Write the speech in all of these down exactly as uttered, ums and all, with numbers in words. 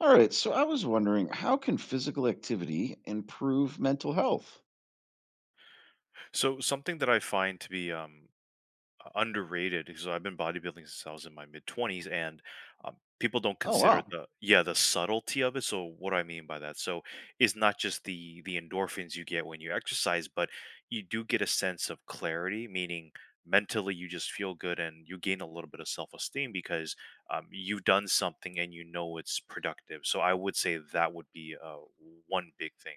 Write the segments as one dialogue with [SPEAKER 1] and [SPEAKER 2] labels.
[SPEAKER 1] All right, so I was wondering how can physical activity improve mental health?
[SPEAKER 2] So something that I find to be um, uh, underrated because I've been bodybuilding since I was in my mid twenties, and um, people don't
[SPEAKER 1] Oh,
[SPEAKER 2] consider
[SPEAKER 1] wow.
[SPEAKER 2] the yeah the subtlety of it. So what do I mean by that? So it's not just the the endorphins you get when you exercise, but you do get a sense of clarity, meaning mentally you just feel good and you gain a little bit of self-esteem because um, you've done something and you know it's productive. So I would say that would be uh, one big thing.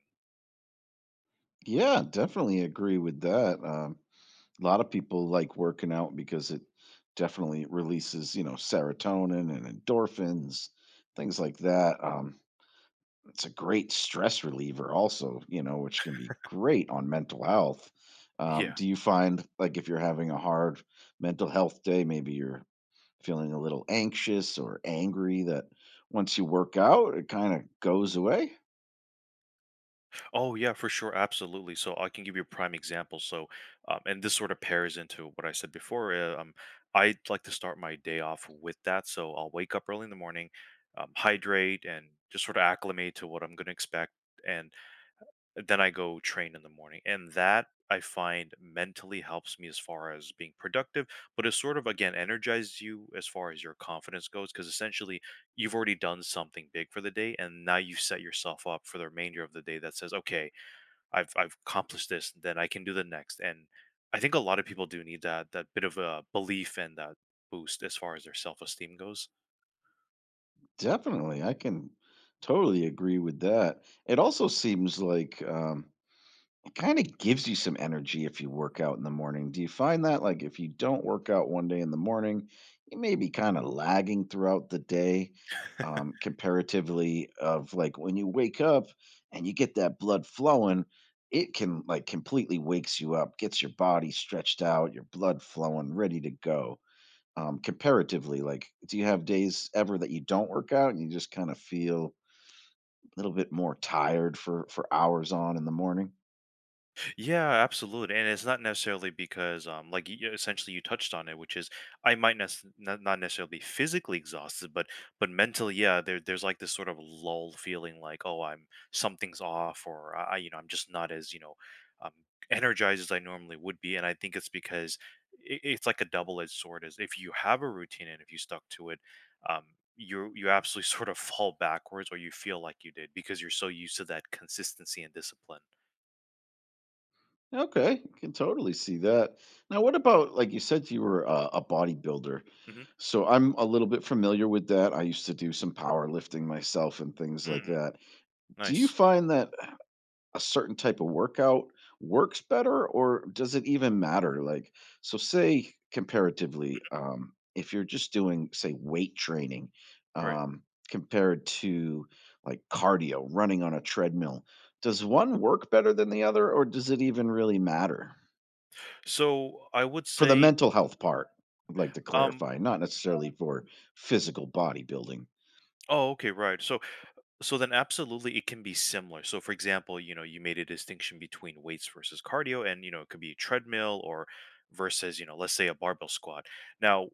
[SPEAKER 1] Yeah, definitely agree with that. Um, a lot of people like working out because it definitely releases, you know, serotonin and endorphins, things like that. Um, it's a great stress reliever, also, you know, which can be great on mental health. Um,
[SPEAKER 2] Yeah.
[SPEAKER 1] do you find like if you're having a hard mental health day, maybe you're feeling a little anxious or angry that once you work out, it kind of goes away.
[SPEAKER 2] Oh yeah, for sure, absolutely. So I can give you a prime example. So, um, and this sort of pairs into what I said before. uh, Um, I like to start my day off with that. So I'll wake up early in the morning, um, hydrate, and just sort of acclimate to what I'm going to expect, and then I go train in the morning. And that I find mentally helps me as far as being productive, but it sort of again energizes you as far as your confidence goes, because essentially you've already done something big for the day, and now you set yourself up for the remainder of the day. That says, okay. I've I've accomplished this, then I can do the next. And I think a lot of people do need that that bit of a belief and that boost as far as their self esteem goes.
[SPEAKER 1] Definitely. I can totally agree with that. It also seems like um, kinda gives you some energy if you work out in the morning. Do you find that, like, if you don't work out one day in the morning, you may be kinda lagging throughout the day, um, comparatively of, like, when you wake up and you get that blood flowing, it can, like, completely wakes you up, gets your body stretched out, your blood flowing, ready to go. Um, comparatively, like, do you have days ever that you don't work out and you just kinda feel a little bit more tired for for hours on in the morning?
[SPEAKER 2] Yeah, absolutely. And it's not necessarily because, um, like, you, essentially you touched on it, which is I might nes- not not necessarily be physically exhausted, but but mentally, yeah, there, there's like this sort of lull feeling like, oh, I'm something's off, or I, I- you know, I'm just not as, you know, um, energized as I normally would be. And I think it's because it, it's like a double-edged sword is if you have a routine and if you stuck to it, um, you you absolutely sort of fall backwards or you feel like you did because you're so used to that consistency and discipline.
[SPEAKER 1] Okay, you can totally see that. Now, what about like you said you were uh, a bodybuilder? So I'm a little bit familiar with that. I used to do some powerlifting myself and things like
[SPEAKER 2] Hmm.
[SPEAKER 1] that. Do you
[SPEAKER 2] Nice.
[SPEAKER 1] find that a certain type of workout works better, or does it even matter? Like, so say comparatively, um, if you're just doing say weight training,
[SPEAKER 2] Right.
[SPEAKER 1] um, compared to like cardio, running on a treadmill, does one work better than the other, or does it even really matter?
[SPEAKER 2] So I would
[SPEAKER 1] For the
[SPEAKER 2] say,
[SPEAKER 1] mental health part, I'd like to
[SPEAKER 2] um,
[SPEAKER 1] clarify, not necessarily for physical bodybuilding.
[SPEAKER 2] oh, okay, right. So, so then absolutely it can be similar. So, for example, you know, you made a distinction between weights versus cardio, and, you know, it could be treadmill or versus, you know, let's say a barbell squat. Now,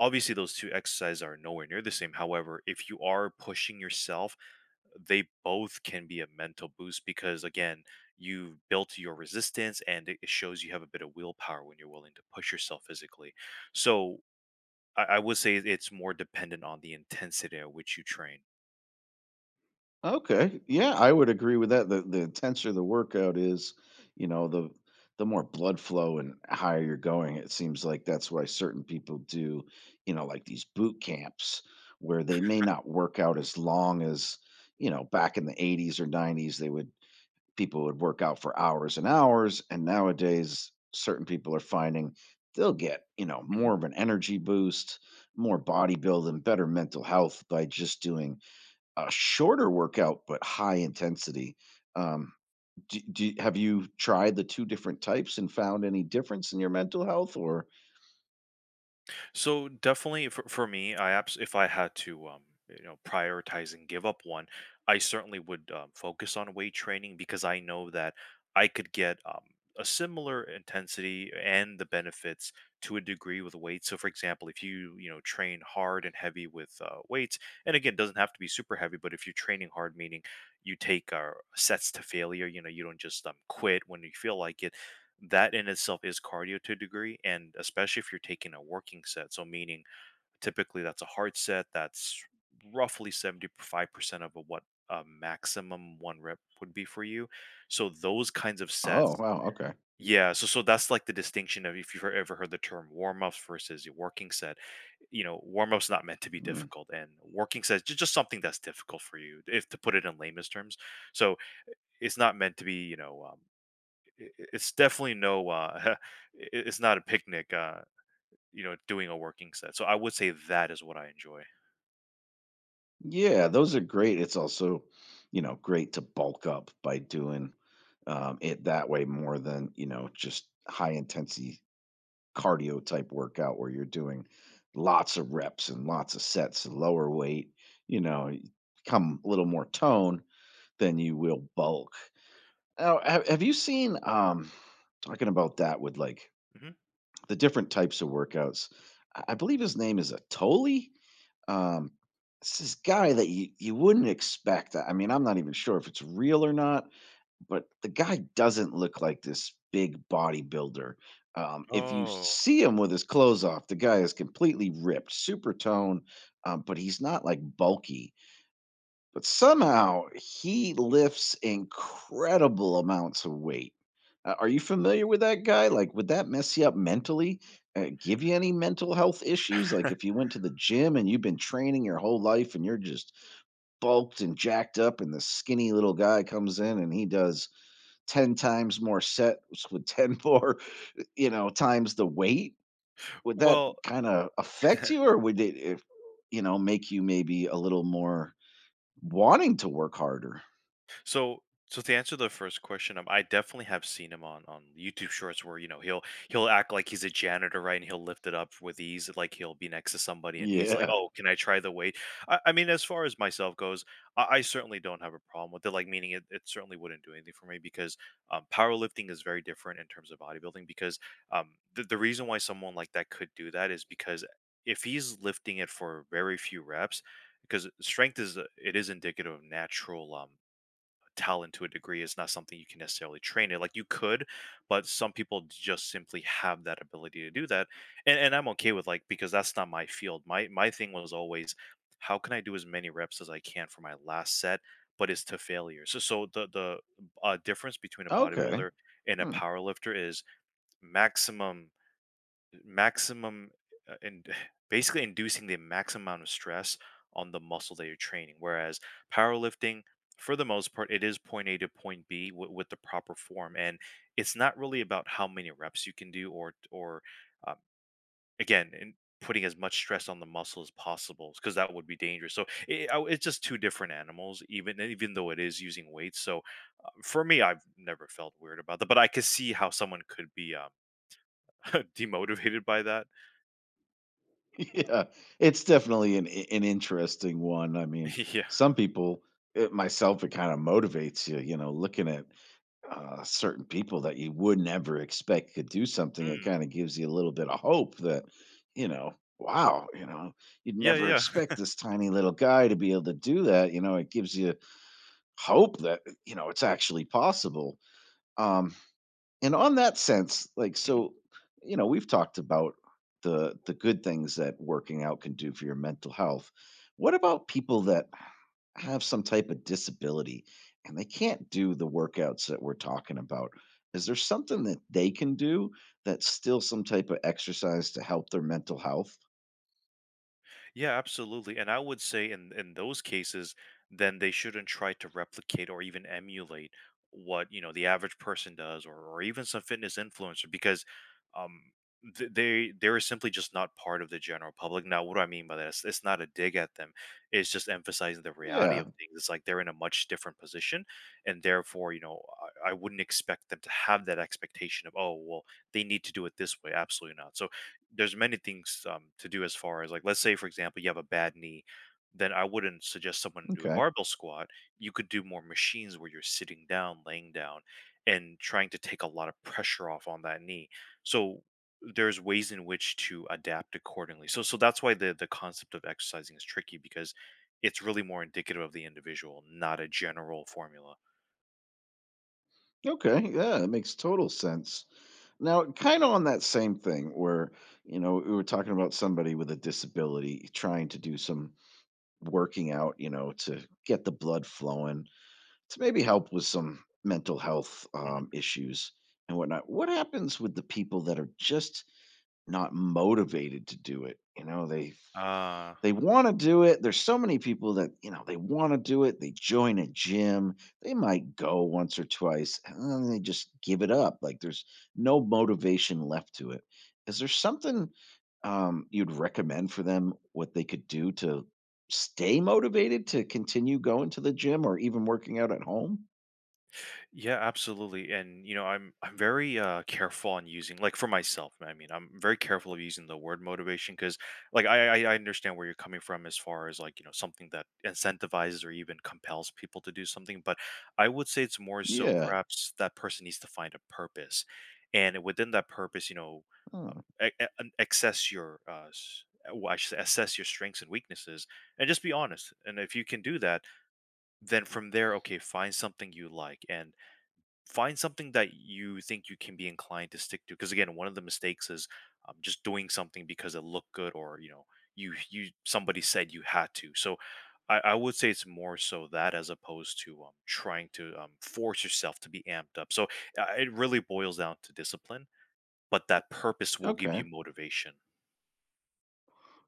[SPEAKER 2] obviously, those two exercises are nowhere near the same. However, if you are pushing yourself, they both can be a mental boost because, again, you've built your resistance and it it shows you have a bit of willpower when you're willing to push yourself physically. So, I, I would say it's more dependent on the intensity at which you train.
[SPEAKER 1] Okay, yeah, I would agree with that. The the intenser the workout is, you know, the the more blood flow and higher you're going. It seems like that's why certain people do, you know, like these boot camps where they may not work out as long as, you know, back in the eighties or nineties they would people would work out for hours and hours. And nowadays, certain people are finding they'll get, you know,
[SPEAKER 2] Mhm.
[SPEAKER 1] more of an energy boost, more bodybuilding, better mental health by just doing a shorter workout but high intensity. Um, do, do, have you tried the two different types and found any difference in your mental health? Or,
[SPEAKER 2] So definitely for, for me, I abs- if I had to um you know prioritize and give up one, I certainly would um, focus on weight training because I know that I could get um a similar intensity and the benefits to a degree with weight. So for example, if you you know train hard and heavy with uh, weights, and again, it doesn't have to be super heavy, but if you're training hard, meaning you take uh, sets to failure, you know, you don't just um, quit when you feel like it, that in itself is cardio to a degree, and especially if you're taking a working set, so meaning typically that's a hard set that's roughly seventy-five percent of a, what a maximum one rep would be for you, so those kinds of
[SPEAKER 1] oh,
[SPEAKER 2] sets.
[SPEAKER 1] wow, okay.
[SPEAKER 2] Yeah, so so that's like the distinction of if you've ever heard the term warm-ups versus your working set. You know warm-ups not meant to be
[SPEAKER 1] Hmm.
[SPEAKER 2] difficult and working sets ju- just something that's difficult for you if to put it in layman's terms. So it's not meant to be you know um, i- it's definitely no uh i- it's not a picnic, uh you know, doing a working set. So I would say that is what I enjoy.
[SPEAKER 1] Yeah, those are great. It's also, you know, great to bulk up by doing um, it that way more than, you know, just high intensity cardio type workout where you're doing lots of reps and lots of sets and lower weight, you know, y- come a little more tone than you will bulk. Now, have, have you seen, um, talking about that with like
[SPEAKER 2] Mhm.
[SPEAKER 1] the different types of workouts? I I believe his name is Atoli. Um, it's this guy that you you wouldn't expect. I mean, I'm not even sure if it's real or not, but the guy doesn't look like this big bodybuilder. Um, if you
[SPEAKER 2] Oh.
[SPEAKER 1] see him with his clothes off, the guy is completely ripped, super tone, um, but he's not like bulky. But somehow he lifts incredible amounts of weight. Uh, are you familiar with that guy? Like, would that mess you up mentally? Uh, give you any mental health issues? Like, if you went to the gym and you've been training your whole life and you're just bulked and jacked up, and the skinny little guy comes in and he does ten times more sets with ten more, you know, times the weight, would that
[SPEAKER 2] Well.
[SPEAKER 1] kind of affect you or would it, if, you know, make you maybe a little more wanting to work harder?
[SPEAKER 2] So, so to answer the first question, um, I definitely have seen him on on YouTube Shorts where you know he'll he'll act like he's a janitor, right? And he'll lift it up with ease, like he'll be next to somebody, and he's like,
[SPEAKER 1] Yeah.
[SPEAKER 2] "Oh, can I try the weight?" I, I mean, as far as myself goes, I, I certainly don't have a problem with it. Like, meaning it, it certainly wouldn't do anything for me because um, powerlifting is very different in terms of bodybuilding. Because um, the the reason why someone like that could do that is because if he's lifting it for very few reps, because strength is uh, it is indicative of natural um talent to a degree is not something you can necessarily train it. Like you could, but some people just simply have that ability to do that. And and I'm okay with like because that's not my field. My my thing was always how can I do as many reps as I can for my last set, but it's to failure. So so the the uh, difference between a
[SPEAKER 1] Okay.
[SPEAKER 2] bodybuilder and a
[SPEAKER 1] Hmm.
[SPEAKER 2] power lifter is maximum maximum uh, and basically inducing the maximum amount of stress on the muscle that you're training. Whereas powerlifting, for the most part, it is point A to point B with, with the proper form, and it's not really about how many reps you can do or or um, again and putting as much stress on the muscle as possible because that would be dangerous. So it, I- it's just two different animals, even even though it is using weights. So uh, for me, I've never felt weird about that, but I could see how someone could be um, demotivated by that.
[SPEAKER 1] Yeah. It's definitely an an interesting one. I mean,
[SPEAKER 2] Yeah.
[SPEAKER 1] some people, it, myself, it kind of motivates you. You know, looking at uh, certain people that you would never expect could do something, it
[SPEAKER 2] Mm.
[SPEAKER 1] kind of gives you a little bit of hope that, you know, wow, you know, you'd
[SPEAKER 2] Yeah,
[SPEAKER 1] never
[SPEAKER 2] yeah.
[SPEAKER 1] expect this tiny little guy to be able to do that. You know, it gives you hope that you know it's actually possible. Um, And on that sense, like,
[SPEAKER 2] Mhm.
[SPEAKER 1] so, you know, we've talked about the the good things that working out can do for your mental health. What about people that have some type of disability and they can't do the workouts that we're talking about? Is there something that they can do that's still some type of exercise to help their mental health?
[SPEAKER 2] Yeah, absolutely, and I would say in in those cases, then they shouldn't try to replicate or even emulate what, you know, the average person does or or even some fitness influencer because, um, th they they're simply just not part of the general public. Now, what do I mean by that? It's it's not a dig at them. It's just emphasizing the reality
[SPEAKER 1] Yeah.
[SPEAKER 2] of things. It's like they're in a much different position, and therefore, you know, I I wouldn't expect them to have that expectation of, "Oh, well, they need to do it this way." Absolutely not. So there's many things um, to do as far as, like, let's say for example you have a bad knee, then I wouldn't suggest someone do a
[SPEAKER 1] Okay.
[SPEAKER 2] barbell squat. You could do more machines where you're sitting down, laying down, and trying to take a lot of pressure off on that knee. So there's ways in which to adapt accordingly. So so that's why the the concept of exercising is tricky because it's really more indicative of the individual, not a general formula.
[SPEAKER 1] Okay, yeah, that makes total sense. Now, kind of on that same thing where, you know, we were talking about somebody with a disability trying to do some working out, you know, to get the blood flowing, to maybe help with some mental health um,
[SPEAKER 2] Hmm.
[SPEAKER 1] issues and whatnot. What happens with the people that are just not motivated to do it? You know, they
[SPEAKER 2] uh
[SPEAKER 1] they wanna do it. There's so many people that, you know, they wanna do it. They join a gym. They might go once or twice, and then they just give it up. Like, there's no motivation left to it. Is there something, um, you'd recommend for them, what they could do to stay motivated to continue going to the gym or even working out at home?
[SPEAKER 2] Yeah, absolutely. And you know, I'm I'm very uh careful on using, like, for myself, I mean, I'm very careful of using the word motivation because like I, I I understand where you're coming from as far as like, you know, something that incentivizes or even compels people to do something, but I would say it's more so
[SPEAKER 1] Yeah.
[SPEAKER 2] perhaps that person needs to find a purpose. And within that purpose, you know, um,
[SPEAKER 1] Hmm,
[SPEAKER 2] a- a- an- access your uh s- well, I should say assess your strengths and weaknesses and just be honest. And if you can do that, then from there, okay, find something you like. And find something that you think you can be inclined to stick to, because again one of the mistakes is um, just doing something because it looked good or you know you you somebody said you had to. So i, I would say it's more so that, as opposed to um, trying to um, force yourself to be amped up. So uh, it really boils down to discipline, but that purpose will give you
[SPEAKER 1] okay.
[SPEAKER 2] motivation.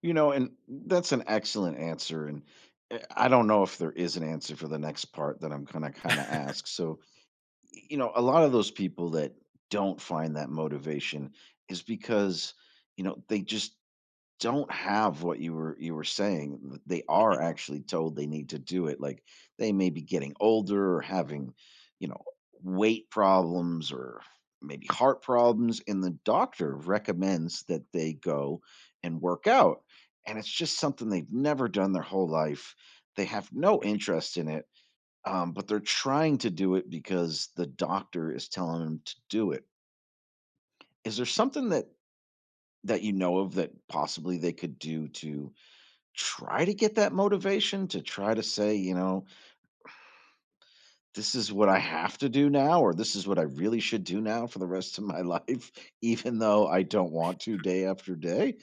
[SPEAKER 1] You know, and that's an excellent answer, and, eh, I don't know if there is an answer for the next part that I'm gonna kinda ask. So, you know, a lot of those people that don't find that motivation is because, you know, they just don't have what you were you were saying. th- They are
[SPEAKER 2] Mhm.
[SPEAKER 1] actually told they need to do it. Like they may be getting older or having, you know, weight problems or maybe heart problems, and the doctor recommends that they go and work out. And it's just something they've never done their whole life. They have no interest in it um, but they're trying to do it because the doctor is telling them to do it. Is there something that that you know of that possibly they could do to try to get that motivation to try to say, you know, this is what I have to do now, or this is what I really should do now for the rest of my life, even though I don't want to day after day?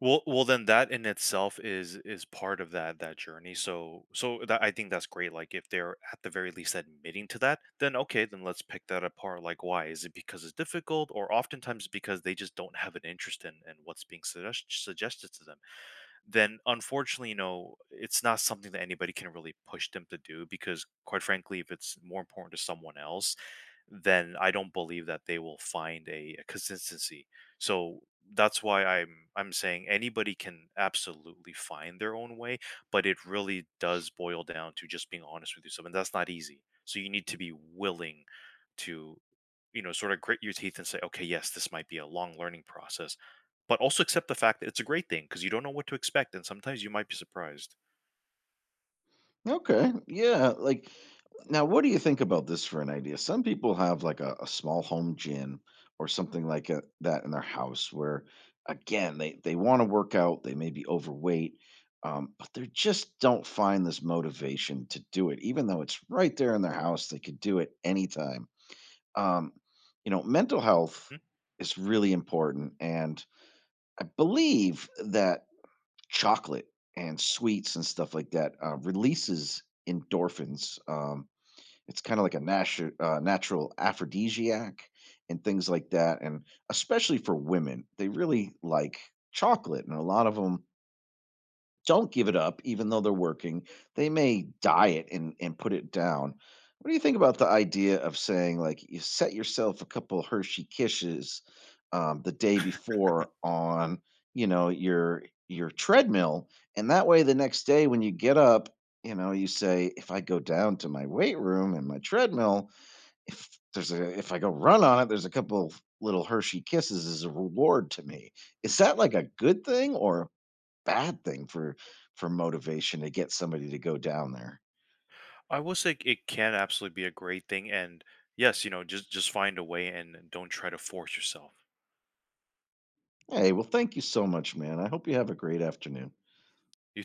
[SPEAKER 2] Well, well, then that in itself is is part of that that journey. So, so that, I think that's great. Like, if they're at the very least admitting to that, then okay, then let's pick that apart. Like, why is it because it's difficult, or oftentimes because they just don't have an interest in in what's being suggest- suggested to them? Then unfortunately, you know, it's not something that anybody can really push them to do because, quite frankly, if it's more important to someone else, then I don't believe that they will find a, a consistency. So that's why I'm I'm saying anybody can absolutely find their own way, but it really does boil down to just being honest with yourself, and that's not easy. So you need to be willing to, you know, sort of grit your teeth and say, okay, yes, this might be a long learning process, but also accept the fact that it's a great thing, because you don't know what to expect, and sometimes you might be surprised.
[SPEAKER 1] Okay. Yeah. Like, now, what do you think about this for an idea? Some people have like a, a small home gym or something like a, that in their house where, again, they, they want to work out, they may be overweight, um, but they just don't find this motivation to do it, even though it's right there in their house. They could do it anytime. Um, you know, mental health
[SPEAKER 2] Hmm?
[SPEAKER 1] is really important. And I believe that chocolate and sweets and stuff like that uh, releases endorphins. Um, it's kinda like a natu uh, natural aphrodisiac and things like that, and especially for women, they really like chocolate, and a lot of them don't give it up even though they're working. They may die it and and put it down. What do you think about the idea of saying, like, you set yourself a couple Hershey Kisses, um, the day before on, you know, your your treadmill, and that way the next day when you get up, you know, you say, "If I go down to my weight room and my treadmill, if there's a if I go run on it, there's a couple little Hershey Kisses as a reward to me." Is that like a good thing or bad thing for for motivation to get somebody to go down there.
[SPEAKER 2] I will say it can absolutely be a great thing, and yes, you know, just just find a way and don't try to force yourself.
[SPEAKER 1] Hey, well, thank you so much, man. I hope you have a great afternoon.
[SPEAKER 2] You